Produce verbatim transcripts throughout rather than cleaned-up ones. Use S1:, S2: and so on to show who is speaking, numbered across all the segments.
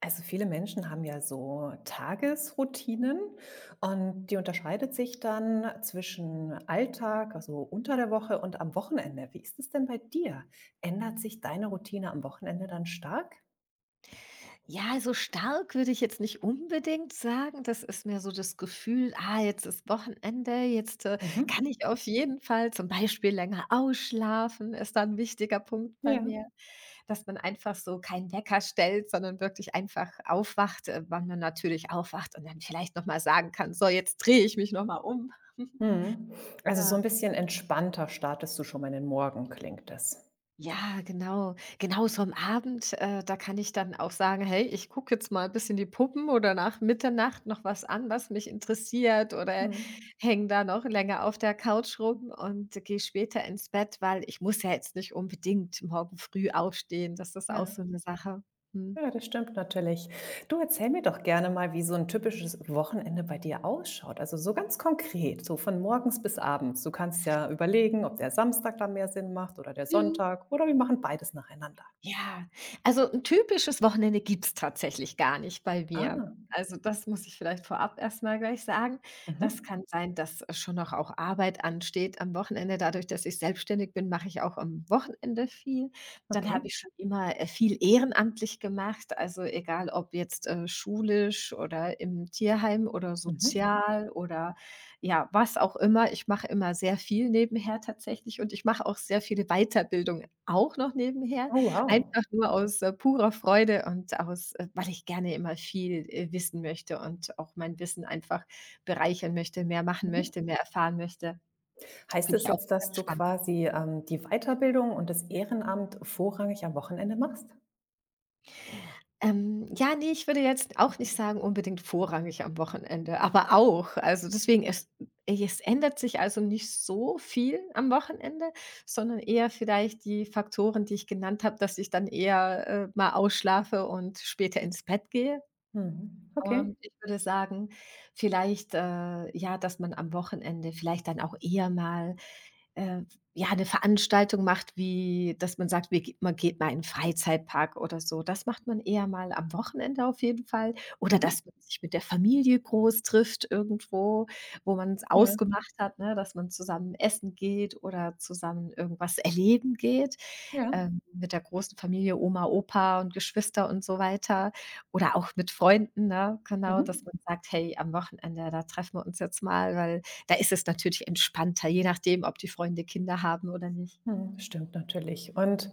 S1: Also viele Menschen haben ja so Tagesroutinen und die unterscheidet sich dann zwischen Alltag, also unter der Woche und am Wochenende. Wie ist es denn bei dir? Ändert sich deine Routine am Wochenende dann stark?
S2: Ja, so stark würde ich jetzt nicht unbedingt sagen. Das ist mir so das Gefühl, ah, jetzt ist Wochenende, jetzt äh, kann
S1: Mhm.
S2: ich auf jeden Fall zum Beispiel länger ausschlafen, ist da ein wichtiger Punkt bei
S1: Ja.
S2: mir, dass man einfach so keinen Wecker stellt, sondern wirklich einfach aufwacht, äh, wann man natürlich aufwacht und dann vielleicht nochmal sagen kann, so, jetzt drehe ich mich nochmal um.
S1: Mhm. Also so
S2: Ja.
S1: ein bisschen entspannter startest du schon mal in den Morgen, klingt es.
S2: Ja, genau. Genau so am Abend, äh, da kann ich dann auch sagen: „Hey, ich gucke jetzt mal ein bisschen die Puppen oder nach Mitternacht noch was an, was mich interessiert“, oder
S1: Mhm.
S2: hänge da noch länger auf der Couch rum und gehe später ins Bett, weil ich muss ja jetzt nicht unbedingt morgen früh aufstehen. Das ist auch so
S1: Ja.
S2: eine Sache. Mhm.
S1: Ja, das stimmt natürlich. Du, erzähl mir doch gerne mal, wie so ein typisches Wochenende bei dir ausschaut. Also, so ganz konkret, so von morgens bis abends. Du kannst ja überlegen, ob der Samstag dann mehr Sinn macht oder der
S2: Mhm.
S1: Sonntag oder wir machen beides nacheinander.
S2: Ja, also ein typisches Wochenende gibt's tatsächlich gar nicht bei mir.
S1: Ah,
S2: Also, das muss ich vielleicht vorab erstmal gleich sagen. Das
S1: mhm.
S2: kann sein, dass, äh, schon noch auch Arbeit ansteht am Wochenende. Dadurch, dass ich selbstständig bin, mache ich auch am Wochenende viel. Dann
S1: Okay.
S2: habe ich schon immer, äh, viel ehrenamtlich gemacht, also egal ob jetzt, äh, schulisch oder im Tierheim oder
S1: Mhm.
S2: sozial oder ja, was auch immer. Ich mache immer sehr viel nebenher tatsächlich und ich mache auch sehr viele Weiterbildungen auch noch nebenher.
S1: Oh,
S2: Einfach
S1: wow.
S2: nur aus, äh, purer Freude und aus äh, weil ich gerne immer viel, äh, wissen möchte und auch mein Wissen einfach bereichern möchte, mehr machen
S1: Mhm.
S2: möchte, mehr erfahren möchte.
S1: Heißt
S2: Finde
S1: es
S2: ich auch
S1: jetzt, dass
S2: ganz
S1: du
S2: spannend.
S1: quasi, ähm, die Weiterbildung und das Ehrenamt vorrangig am Wochenende machst?
S2: Ähm, ja, ne, ich würde jetzt auch nicht sagen, unbedingt vorrangig am Wochenende, aber auch. Also, deswegen, es es ändert sich also nicht so viel am Wochenende, sondern eher vielleicht die Faktoren, die ich genannt habe, dass ich dann eher, äh, mal ausschlafe und später ins Bett gehe.
S1: Mhm. Okay.
S2: Und ich würde sagen, vielleicht, äh, ja, dass man am Wochenende vielleicht dann auch eher mal, äh, ja, eine Veranstaltung macht, wie dass man sagt, wir ge man geht mal in 'n Freizeitpark oder so. Das macht man eher mal am Wochenende auf jeden Fall. Oder
S1: Mhm.
S2: dass man sich mit der Familie groß trifft irgendwo, wo man es
S1: Ja.
S2: ausgemacht hat, ne, dass man zusammen essen geht oder zusammen irgendwas erleben geht,
S1: Ja.
S2: ähm, mit der großen Familie, Oma, Opa und Geschwister und so weiter oder auch mit Freunden, ne? Genau, dass
S1: Mhm.
S2: man sagt: „Hey, am Wochenende, da treffen wir uns jetzt mal“, weil da ist es natürlich entspannter, je nachdem, ob die Freunde Kinder haben oder nicht.
S1: Mhm. Stimmt natürlich. Und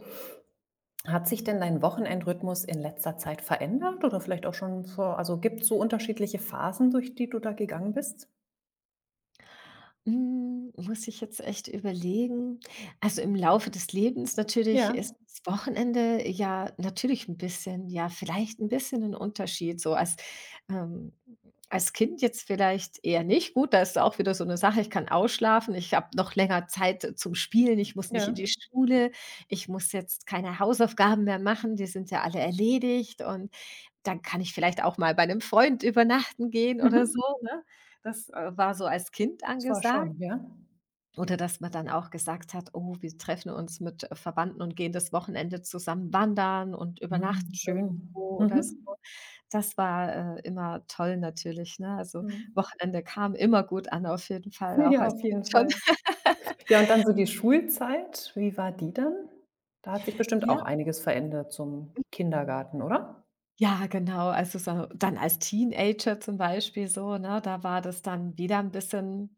S1: hat sich denn dein Wochenendrhythmus in letzter Zeit verändert oder vielleicht auch schon vor, also gibt's so unterschiedliche Phasen, durch die du da gegangen bist?
S2: Hm, muss ich jetzt echt überlegen. Also, im Laufe des Lebens natürlich
S1: Ja,
S2: ist das Wochenende ja natürlich ein bisschen, ja, vielleicht ein bisschen ein Unterschied so als ähm, als Kind jetzt vielleicht eher nicht. Gut, da ist auch wieder so eine Sache, ich kann ausschlafen, ich habe noch länger Zeit zum Spielen, ich muss nicht in die
S1: ja.
S2: Schule, ich muss jetzt keine Hausaufgaben mehr machen, die sind ja alle erledigt, und dann kann ich vielleicht auch mal bei einem Freund übernachten gehen oder
S1: Mhm.
S2: so, ne? Das, äh, war so als Kind
S1: Das war
S2: angesagt.
S1: schon, ja.
S2: Oder dass man dann auch gesagt hat: „Oh, wir treffen uns mit äh, Verwandten und gehen das Wochenende zusammen wandern und
S1: Mhm,
S2: übernachten
S1: schön.
S2: irgendwo oder so.“
S1: Mhm.
S2: Das war, äh, immer toll natürlich, ne? Also,
S1: Mhm.
S2: Wochenende kam immer gut an auf jeden Fall, auch
S1: Ja,
S2: als
S1: auf
S2: Kind
S1: jeden Fall.
S2: schon.
S1: Ja, und dann so die Schulzeit, wie war die dann? Da hat sich bestimmt
S2: Ja.
S1: auch einiges verändert zum Kindergarten, oder?
S2: Ja, genau. Also, so dann als Teenager zum Beispiel so, ne? Da war das dann wieder ein bisschen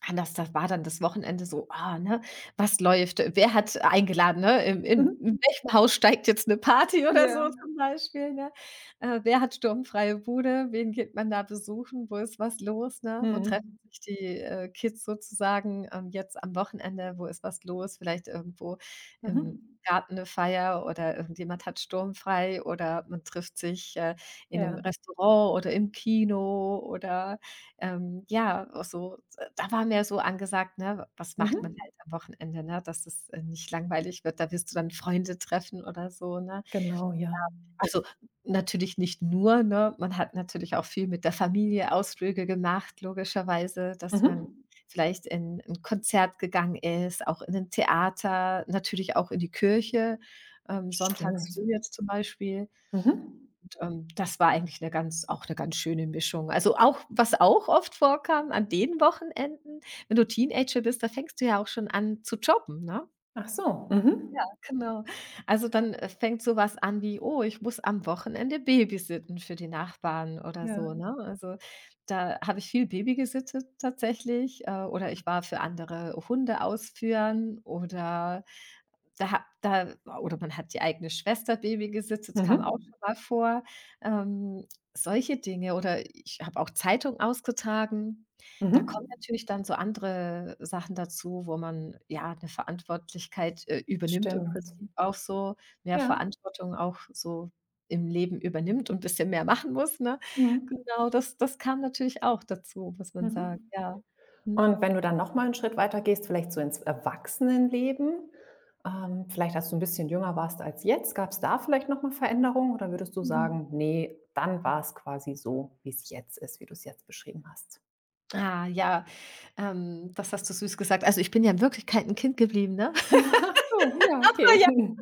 S2: anders, das war dann das Wochenende so, ah, ne, was läuft? Wer hat eingeladen, ne? In in in
S1: Mhm.
S2: welchem Haus steigt jetzt eine Party oder so
S1: Ja.
S2: zum Beispiel, ne? Äh, wer hat sturmfreie Bude? Wen geht man da besuchen? Wo ist was los, ne? Wo treffen
S1: Mhm.
S2: sich die, äh, Kids sozusagen, ähm, jetzt am Wochenende? Wo ist was los? Vielleicht irgendwo im
S1: Mhm.
S2: Garten eine Feier oder irgendjemand hat sturmfrei oder man trifft sich, äh, in einem
S1: Ja.
S2: Restaurant oder im Kino oder, ähm, ja, auch so, da war mehr so angesagt, ne, was macht man
S1: Mhm.
S2: halt am Wochenende, ne, dass es, äh, nicht langweilig wird. Da wirst du dann Freunde treffen oder so, ne?
S1: Genau, ja.
S2: Also, natürlich nicht nur, ne? Man hat natürlich auch viel mit der Familie Ausflüge gemacht, logischerweise, dass man
S1: Mhm.
S2: vielleicht in ein Konzert gegangen ist, auch in ein Theater, natürlich auch in die Kirche, ähm, sonntags
S1: Stimmt.
S2: früh jetzt zum Beispiel,
S1: Mhm.
S2: ähm, das war eigentlich eine ganz, auch eine ganz schöne Mischung. Also, auch was auch oft vorkam an den Wochenenden, wenn du Teenager bist, da fängst du ja auch schon an zu jobben, ne?
S1: Ach so, mhm.
S2: Genau. Also, dann, äh, fängt so was an wie: „Oh, ich muss am Wochenende babysitten für die Nachbarn“ oder
S1: Ja.
S2: so, ne? Also, da habe ich viel Baby gesittet tatsächlich, äh, oder ich war für andere Hunde ausführen oder da ha da oder man hat die eigene Schwester Baby gesittet, kam auch
S1: Mhm.
S2: schon mal vor. Ähm, solche Dinge, oder ich habe auch Zeitung ausgetragen. Da kommen
S1: Mhm.
S2: natürlich dann so andere Sachen dazu, wo man, ja, eine Verantwortlichkeit, äh, übernimmt im
S1: Stimmt.
S2: Prinzip auch so, mehr
S1: Ja.
S2: Verantwortung auch so im Leben übernimmt und ein bisschen mehr machen muss, ne?
S1: Mhm.
S2: Genau, das das kam natürlich auch dazu, muss man sagen,
S1: Mhm.
S2: ja. Mhm.
S1: Und wenn du dann noch mal 'n Schritt weiter gehst, vielleicht so ins Erwachsenenleben, ähm, vielleicht als du 'n bisschen jünger warst als jetzt, gab's da vielleicht noch mal Veränderungen oder würdest du
S2: Mhm.
S1: sagen: „Ne, dann war's quasi so, wie's jetzt ist, wie du's jetzt beschrieben hast?“
S2: Ah, ja, ähm, das hast du süß gesagt. Also, ich bin ja in Wirklichkeit 'n Kind geblieben, ne?
S1: Ach so, ja. Okay.
S2: Ja,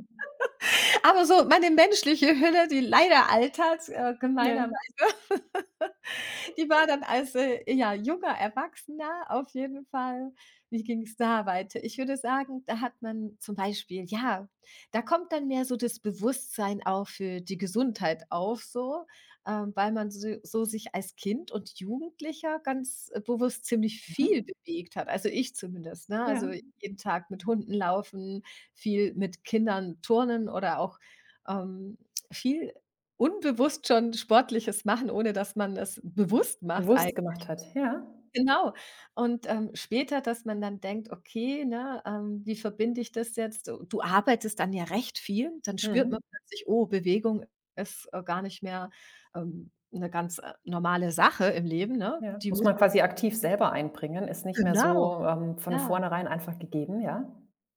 S2: aber so meine menschliche Hülle, die leider altert, äh,
S1: Ja.
S2: gemeinerweise. Die war dann als, äh, ja, junger Erwachsener auf jeden Fall, wie ging es da weiter? Ich würde sagen, da hat man zum Beispiel, ja, da kommt dann mehr so das Bewusstsein auch für die Gesundheit auf so, ähm, weil man so so sich als Kind und Jugendlicher ganz, äh, bewusst ziemlich viel
S1: Mhm.
S2: bewegt hat. Also, ich zumindest, ne?
S1: Ja.
S2: Also, jeden Tag mit Hunden laufen, viel mit Kindern turnen oder auch, ähm, viel unbewusst schon Sportliches machen, ohne dass man es bewusst macht
S1: Bewusst
S2: eigen
S1: gemacht hat, ja.
S2: genau. Und, ähm, später, dass man dann denkt: „Okay, ne, ähm, wie verbinde ich das jetzt?“ Du du arbeitest dann ja recht viel, dann spürt man
S1: Mhm.
S2: plötzlich: „Oh, Bewegung ist, äh, gar nicht mehr, ähm, 'ne ganz, äh, normale Sache im Leben, ne?
S1: Ja,
S2: Die
S1: muss
S2: muss
S1: man
S2: man
S1: quasi
S2: sich“,
S1: aktiv selber einbringen, ist nicht mehr
S2: genau,
S1: so, ähm, von
S2: ja.
S1: vornherein einfach gegeben, ja?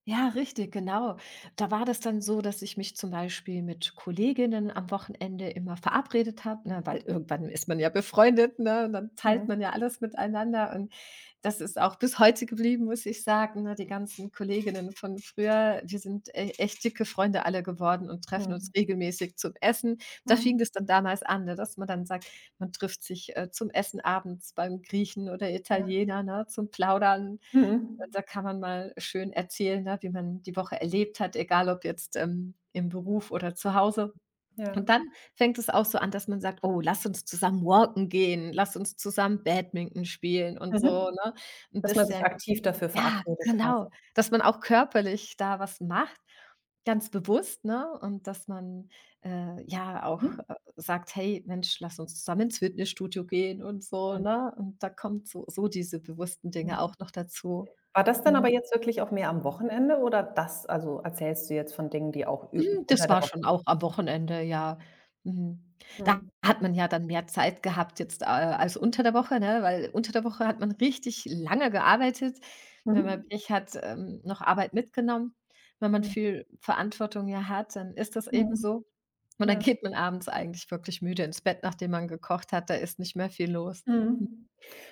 S2: Ja, richtig, genau. Da war das dann so, dass ich mich zum Beispiel mit Kolleginnen am Wochenende immer verabredet habe, ne, weil irgendwann ist man ja befreundet, ne, und dann teilt
S1: Mhm.
S2: man ja alles miteinander. Und das ist auch bis heute geblieben, muss ich sagen. Ne, die ganzen Kolleginnen von früher, wir sind e echt dicke Freunde alle geworden und treffen
S1: Mhm.
S2: uns regelmäßig zum Essen. Da fing
S1: Mhm.
S2: das dann damals an, ne, dass man dann sagt, man trifft sich äh, zum Essen abends beim Griechen oder
S1: Ja.
S2: Italiener, ne, zum Plaudern. Und
S1: Mhm.
S2: da kann man mal schön erzählen, ne, wie man die Woche erlebt hat, egal ob jetzt, ähm, im Beruf oder zu Hause.
S1: Ja.
S2: Und dann fängt es auch so an, dass man sagt: „Oh, lass uns zusammen walken gehen, lass uns zusammen Badminton spielen“ und so,
S1: Mhm.
S2: ne? 'N
S1: Dass man sich
S2: bisschen,
S1: aktiv dafür
S2: ja,
S1: verabredet quasi.
S2: genau, dass man auch körperlich da was macht, ganz bewusst, ne? Und dass man, äh, ja auch,
S1: Mhm.
S2: äh, sagt: „Hey, Mensch, lass uns zusammen ins Fitnessstudio gehen“ und so,
S1: Mhm.
S2: ne? Und da kommt so so diese bewussten Dinge
S1: Mhm.
S2: auch noch dazu.
S1: War das dann aber
S2: Mhm.
S1: jetzt wirklich auch mehr am Wochenende, oder das, also erzählst du jetzt von Dingen, die auch ü
S2: Hm,
S1: unter
S2: das
S1: der
S2: war
S1: Woche?
S2: schon auch am Wochenende, ja. Mhm. Da
S1: Mhm.
S2: hat man ja dann mehr Zeit gehabt jetzt, äh, als unter der Woche, ne? Weil unter der Woche hat man richtig lange gearbeitet. Wenn man
S1: Mhm.
S2: Pech hat, ähm, noch Arbeit mitgenommen. Wenn man
S1: Mhm.
S2: viel Verantwortung ja hat, dann ist das eben
S1: Mhm.
S2: so. Und dann
S1: Ja.
S2: geht man abends eigentlich wirklich müde ins Bett, nachdem man gekocht hat. Da ist nicht mehr viel los.
S1: Mhm.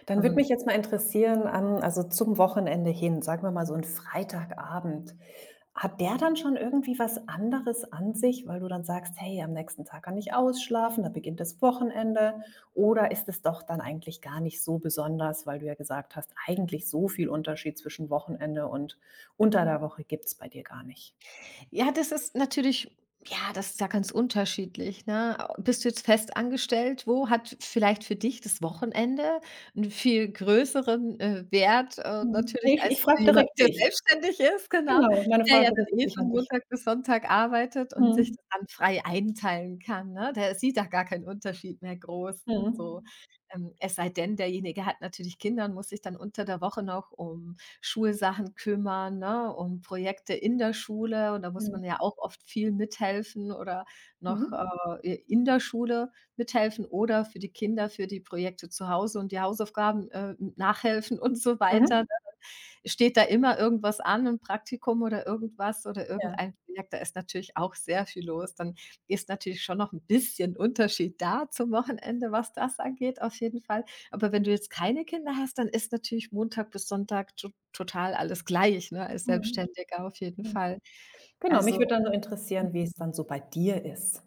S1: Dann
S2: Wenn
S1: würde
S2: man
S1: mich jetzt mal interessieren, ähm, also zum Wochenende hin, sagen wir mal so ein Freitagabend, hat der dann schon irgendwie was anderes an sich, weil du dann sagst: „Hey, am nächsten Tag kann ich ausschlafen, da beginnt das Wochenende“? Oder ist es doch dann eigentlich gar nicht so besonders, weil du ja gesagt hast: „Eigentlich so viel Unterschied zwischen Wochenende und unter der Woche gibt es bei dir gar nicht“?
S2: Ja, das ist natürlich, ja, das ist ja ganz unterschiedlich, ne? Bist du jetzt fest angestellt? Wo hat vielleicht für dich das Wochenende einen viel größeren, äh, Wert, äh,
S1: Mhm.
S2: natürlich
S1: Ne, ich ich
S2: als
S1: frage
S2: für jemanden,
S1: direkt
S2: der
S1: dich.
S2: selbstständig ist, genau,
S1: Genau, meine
S2: der ja
S1: Frage
S2: dann
S1: richtet
S2: eh
S1: sich an
S2: von
S1: dich.
S2: Montag bis Sonntag arbeitet und sich
S1: Mhm.
S2: das dann frei einteilen kann, ne? Der sieht da gar keinen Unterschied mehr groß so.
S1: Mhm.
S2: Ähm, es sei denn, derjenige hat natürlich Kinder und muss sich dann unter der Woche noch um Schulsachen kümmern, ne, um Projekte in der Schule, und da muss
S1: Mhm.
S2: man ja auch oft viel mithelfen oder noch,
S1: Mhm.
S2: äh, in der Schule mithelfen oder für die Kinder für die Projekte zu Hause und die Hausaufgaben, äh, nachhelfen und so weiter, ne?
S1: Mhm.
S2: Steht da immer irgendwas an, 'n Praktikum oder irgendwas oder
S1: Ja.
S2: irgendein Projekt, da ist natürlich auch sehr viel los. Dann ist natürlich schon noch ein bisschen Unterschied da zum Wochenende, was das angeht, auf jeden Fall. Aber wenn du jetzt keine Kinder hast, dann ist natürlich Montag bis Sonntag to total alles gleich, ne, als
S1: Mhm.
S2: Selbstständiger auf jeden
S1: Mhm.
S2: Fall.
S1: Genau, mich
S2: Also
S1: würde dann nur interessieren, wie es dann so bei dir ist.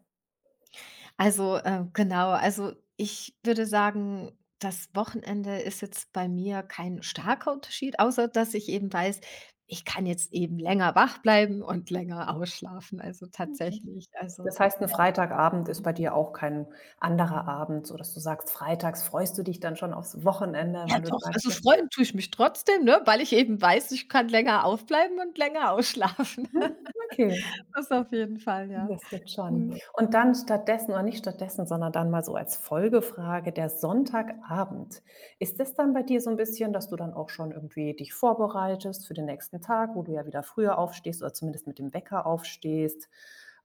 S2: also, äh, genau, also, ich würde sagen, das Wochenende ist jetzt bei mir kein starker Unterschied, außer dass ich eben weiß, ich kann jetzt eben länger wach bleiben und länger ausschlafen, also,
S1: Okay.
S2: tatsächlich. Also,
S1: Das heißt,
S2: ja.
S1: ein Freitagabend ist bei dir auch kein anderer Abend, sodass du sagst, freitags freust du dich dann schon aufs Wochenende,
S2: Ja
S1: weil du
S2: doch,
S1: sagst
S2: also,
S1: so.
S2: freuen tue ich mich trotzdem, ne, weil ich eben weiß, ich kann länger aufbleiben und länger ausschlafen.
S1: Mhm, okay.
S2: Das auf jeden Fall, ja.
S1: Das gibt's schon.
S2: Mhm.
S1: Und dann stattdessen, oder nicht stattdessen, sondern dann mal so als Folgefrage, der Sonntagabend. Ist das dann bei dir so ein bisschen, dass du dann auch schon irgendwie dich vorbereitest für den nächsten Tag, wo du ja wieder früher aufstehst oder zumindest mit dem Wecker aufstehst?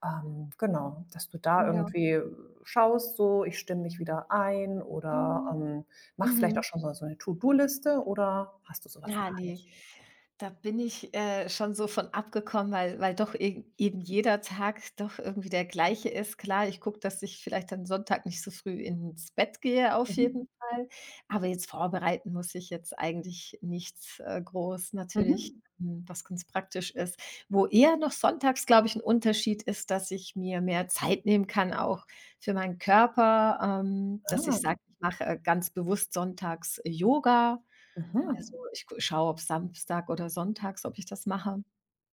S1: Ähm, genau, dass du da
S2: Ja.
S1: irgendwie schaust so: „Ich stimme mich wieder ein“, oder,
S2: Mhm.
S1: ähm, mach vielleicht auch
S2: Mhm.
S1: schon so so 'ne To-do-Liste oder hast du sowas
S2: Ja,
S1: gar
S2: ne,
S1: nicht?
S2: da bin ich, äh, schon so von abgekommen, weil weil doch e eben jeder Tag doch irgendwie der gleiche ist. Klar, ich gucke, dass ich vielleicht dann Sonntag nicht so früh ins Bett gehe auf
S1: Mhm.
S2: jeden Fall, aber jetzt vorbereiten muss ich jetzt eigentlich nichts, äh, groß natürlich,
S1: Mhm.
S2: hm, was ganz praktisch ist. Wo eher noch sonntags, glaube ich, ein Unterschied ist, dass ich mir mehr Zeit nehmen kann, auch für meinen Körper, ähm, dass ich
S1: Ah.
S2: sage, ich mache, äh, ganz bewusst sonntags Yoga.
S1: Mhm.
S2: Also, ich gu schaue, ob samstags oder sonntags ob ich das mache.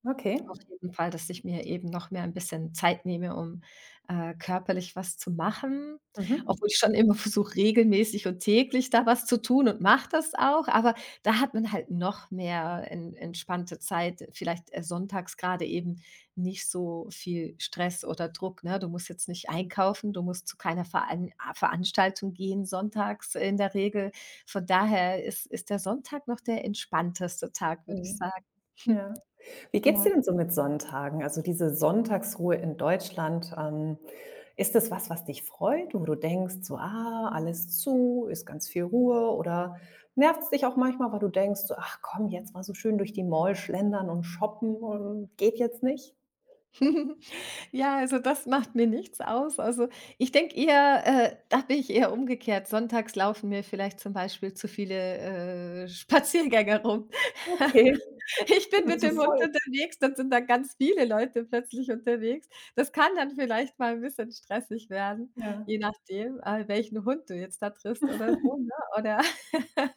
S1: Okay.
S2: Auf jeden Fall, dass ich mir eben noch mehr ein bisschen Zeit nehme, um, äh, körperlich was zu machen, obwohl
S1: Mhm.
S2: ich schon immer versuche, regelmäßig und täglich da was zu tun und mache das auch, aber da hat man halt noch mehr en entspannte Zeit, vielleicht, äh, sonntags gerade eben nicht so viel Stress oder Druck, ne? Du musst jetzt nicht einkaufen, du musst zu keiner Veran A Veranstaltung gehen sonntags in der Regel. Von daher ist ist der Sonntag noch der entspannteste Tag, würde ich
S1: Mhm.
S2: sagen.
S1: Ja. Wie geht's
S2: Ja.
S1: dir denn so mit Sonntagen? Also, diese Sonntagsruhe in Deutschland, ähm, ist das was, was dich freut, wo du denkst, so: „Ah, alles zu, ist ganz viel Ruhe“, oder nervt's dich auch manchmal, weil du denkst so: „Ach komm, jetzt mal so schön durch die Mall schlendern und shoppen und geht jetzt nicht?“
S2: Ja, also das macht mir nichts aus. Also, ich denke eher äh, da bin ich eher umgekehrt. Sonntags laufen mir vielleicht zum Beispiel zu viele, äh, Spaziergänger rum.
S1: Okay,
S2: Ich bin
S1: wird
S2: mit
S1: zu
S2: dem Hund
S1: voll.
S2: unterwegs, dann sind da ganz viele Leute plötzlich unterwegs. Das kann dann vielleicht mal 'n bisschen stressig werden, je
S1: Ja.
S2: nachdem, äh, welchen Hund du jetzt da triffst oder so, ne? Oder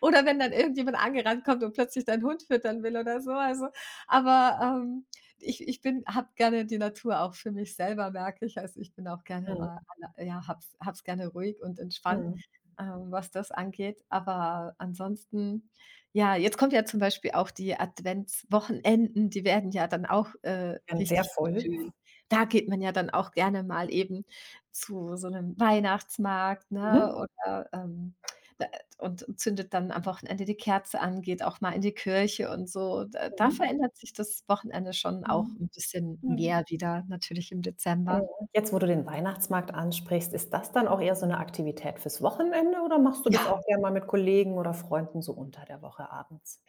S2: oder wenn dann irgendjemand angerannt kommt und plötzlich deinen Hund füttern will oder so, also aber, ähm, ich ich bin habe gerne die Natur auch für mich selber, merke ich. Also, ich bin auch gerne
S1: Mhm,
S2: mal alle ja, habe es habe es gerne ruhig und entspannt,
S1: mhm.
S2: ähm, was das angeht. Aber ansonsten ja, jetzt kommt ja zum Beispiel auch die Adventswochenenden, die werden ja dann auch, äh,
S1: Dann sehr
S2: richtig
S1: voll.
S2: schön. Da geht man ja dann auch gerne mal eben zu so einem Weihnachtsmarkt, ne,
S1: Mhm.
S2: oder, ähm, da und zündet dann am Wochenende die Kerze an, geht auch mal in die Kirche und so. Da da
S1: Mhm.
S2: verändert sich das Wochenende schon auch
S1: Mhm.
S2: ein bisschen
S1: Ja.
S2: mehr wieder, natürlich im
S1: Ja.
S2: Dezember.
S1: Jetzt, wo du den Weihnachtsmarkt ansprichst, ist das dann auch eher so 'ne Aktivität fürs Wochenende oder machst du das
S2: Ja.
S1: auch gern mal mit Kollegen oder Freunden so unter der Woche abends?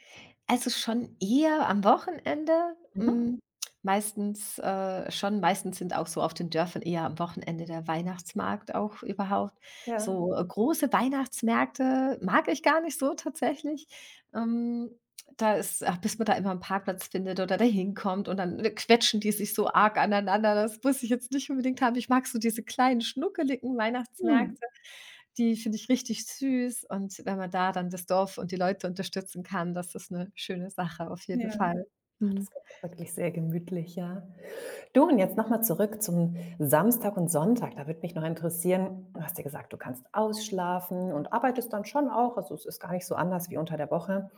S2: Also, schon eher am Wochenende,
S1: Mhm.
S2: hm, meistens, äh schon meistens sind auch so auf den Dörfern eher am Wochenende der Weihnachtsmarkt auch überhaupt.
S1: Ja.
S2: So, äh, große Weihnachtsmärkte mag ich gar nicht so tatsächlich. Ähm, da ist ah, bis man da immer einen Parkplatz findet oder da hinkommt und dann, äh, quetschen die sich so arg aneinander. Das muss ich jetzt nicht unbedingt haben. Ich mag so diese kleinen, schnuckeligen
S1: Mhm.
S2: Weihnachtsmärkte. Die finde ich richtig süß und wenn man da dann das Dorf und die Leute unterstützen kann, das ist eine schöne Sache auf jeden
S1: Ja.
S2: Fall.
S1: Ach,
S2: Mhm.
S1: das klingt ja wirklich sehr gemütlich, ja. Du, und jetzt nochmal zurück zum Samstag und Sonntag. Da würde mich noch interessieren, du hast ja gesagt, du kannst ausschlafen und arbeitest dann schon auch. Also es ist gar nicht so anders wie unter der Woche.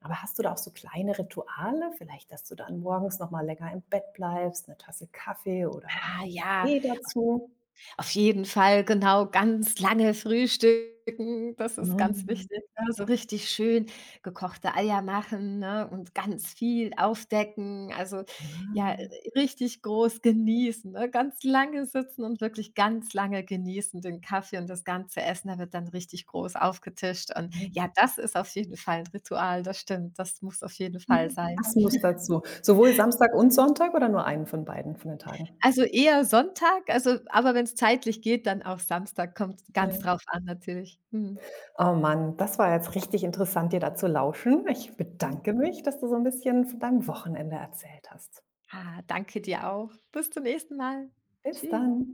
S1: Aber hast du da auch so kleine Rituale? Vielleicht, dass du dann morgens nochmal länger im Bett bleibst, eine Tasse Kaffee oder
S2: Ah ja,
S1: Tee dazu?
S2: auf jeden Fall, genau, ganz lange frühstücken, das ist ganz
S1: Mhm.
S2: wichtig, ne? So richtig schön gekochte Eier machen, ne, und ganz viel aufdecken. Also, ja,
S1: Ah,
S2: richtig groß genießen, ne? Ganz lange sitzen und wirklich ganz lange genießen den Kaffee und das ganze Essen, da wird dann richtig groß aufgetischt und ja, das ist auf jeden Fall ein Ritual, das stimmt, das muss auf jeden Fall
S1: mhm.
S2: sein.
S1: Passend dazu. Sowohl Samstag und Sonntag oder nur einen von beiden, von den Tagen?
S2: Also, eher Sonntag, also aber wenn es zeitlich geht, dann auch Samstag, kommt
S1: Ja.
S2: ganz drauf an natürlich. Mhm.
S1: Oh Mann, das war jetzt richtig interessant, dir da zu lauschen. Ich
S2: Mhm.
S1: bedanke mich, dass du so ein bisschen von deinem Wochenende erzählt hast.
S2: Ah, danke dir auch. Bis zum nächsten Mal.
S1: Bis
S2: Tschüss.
S1: dann.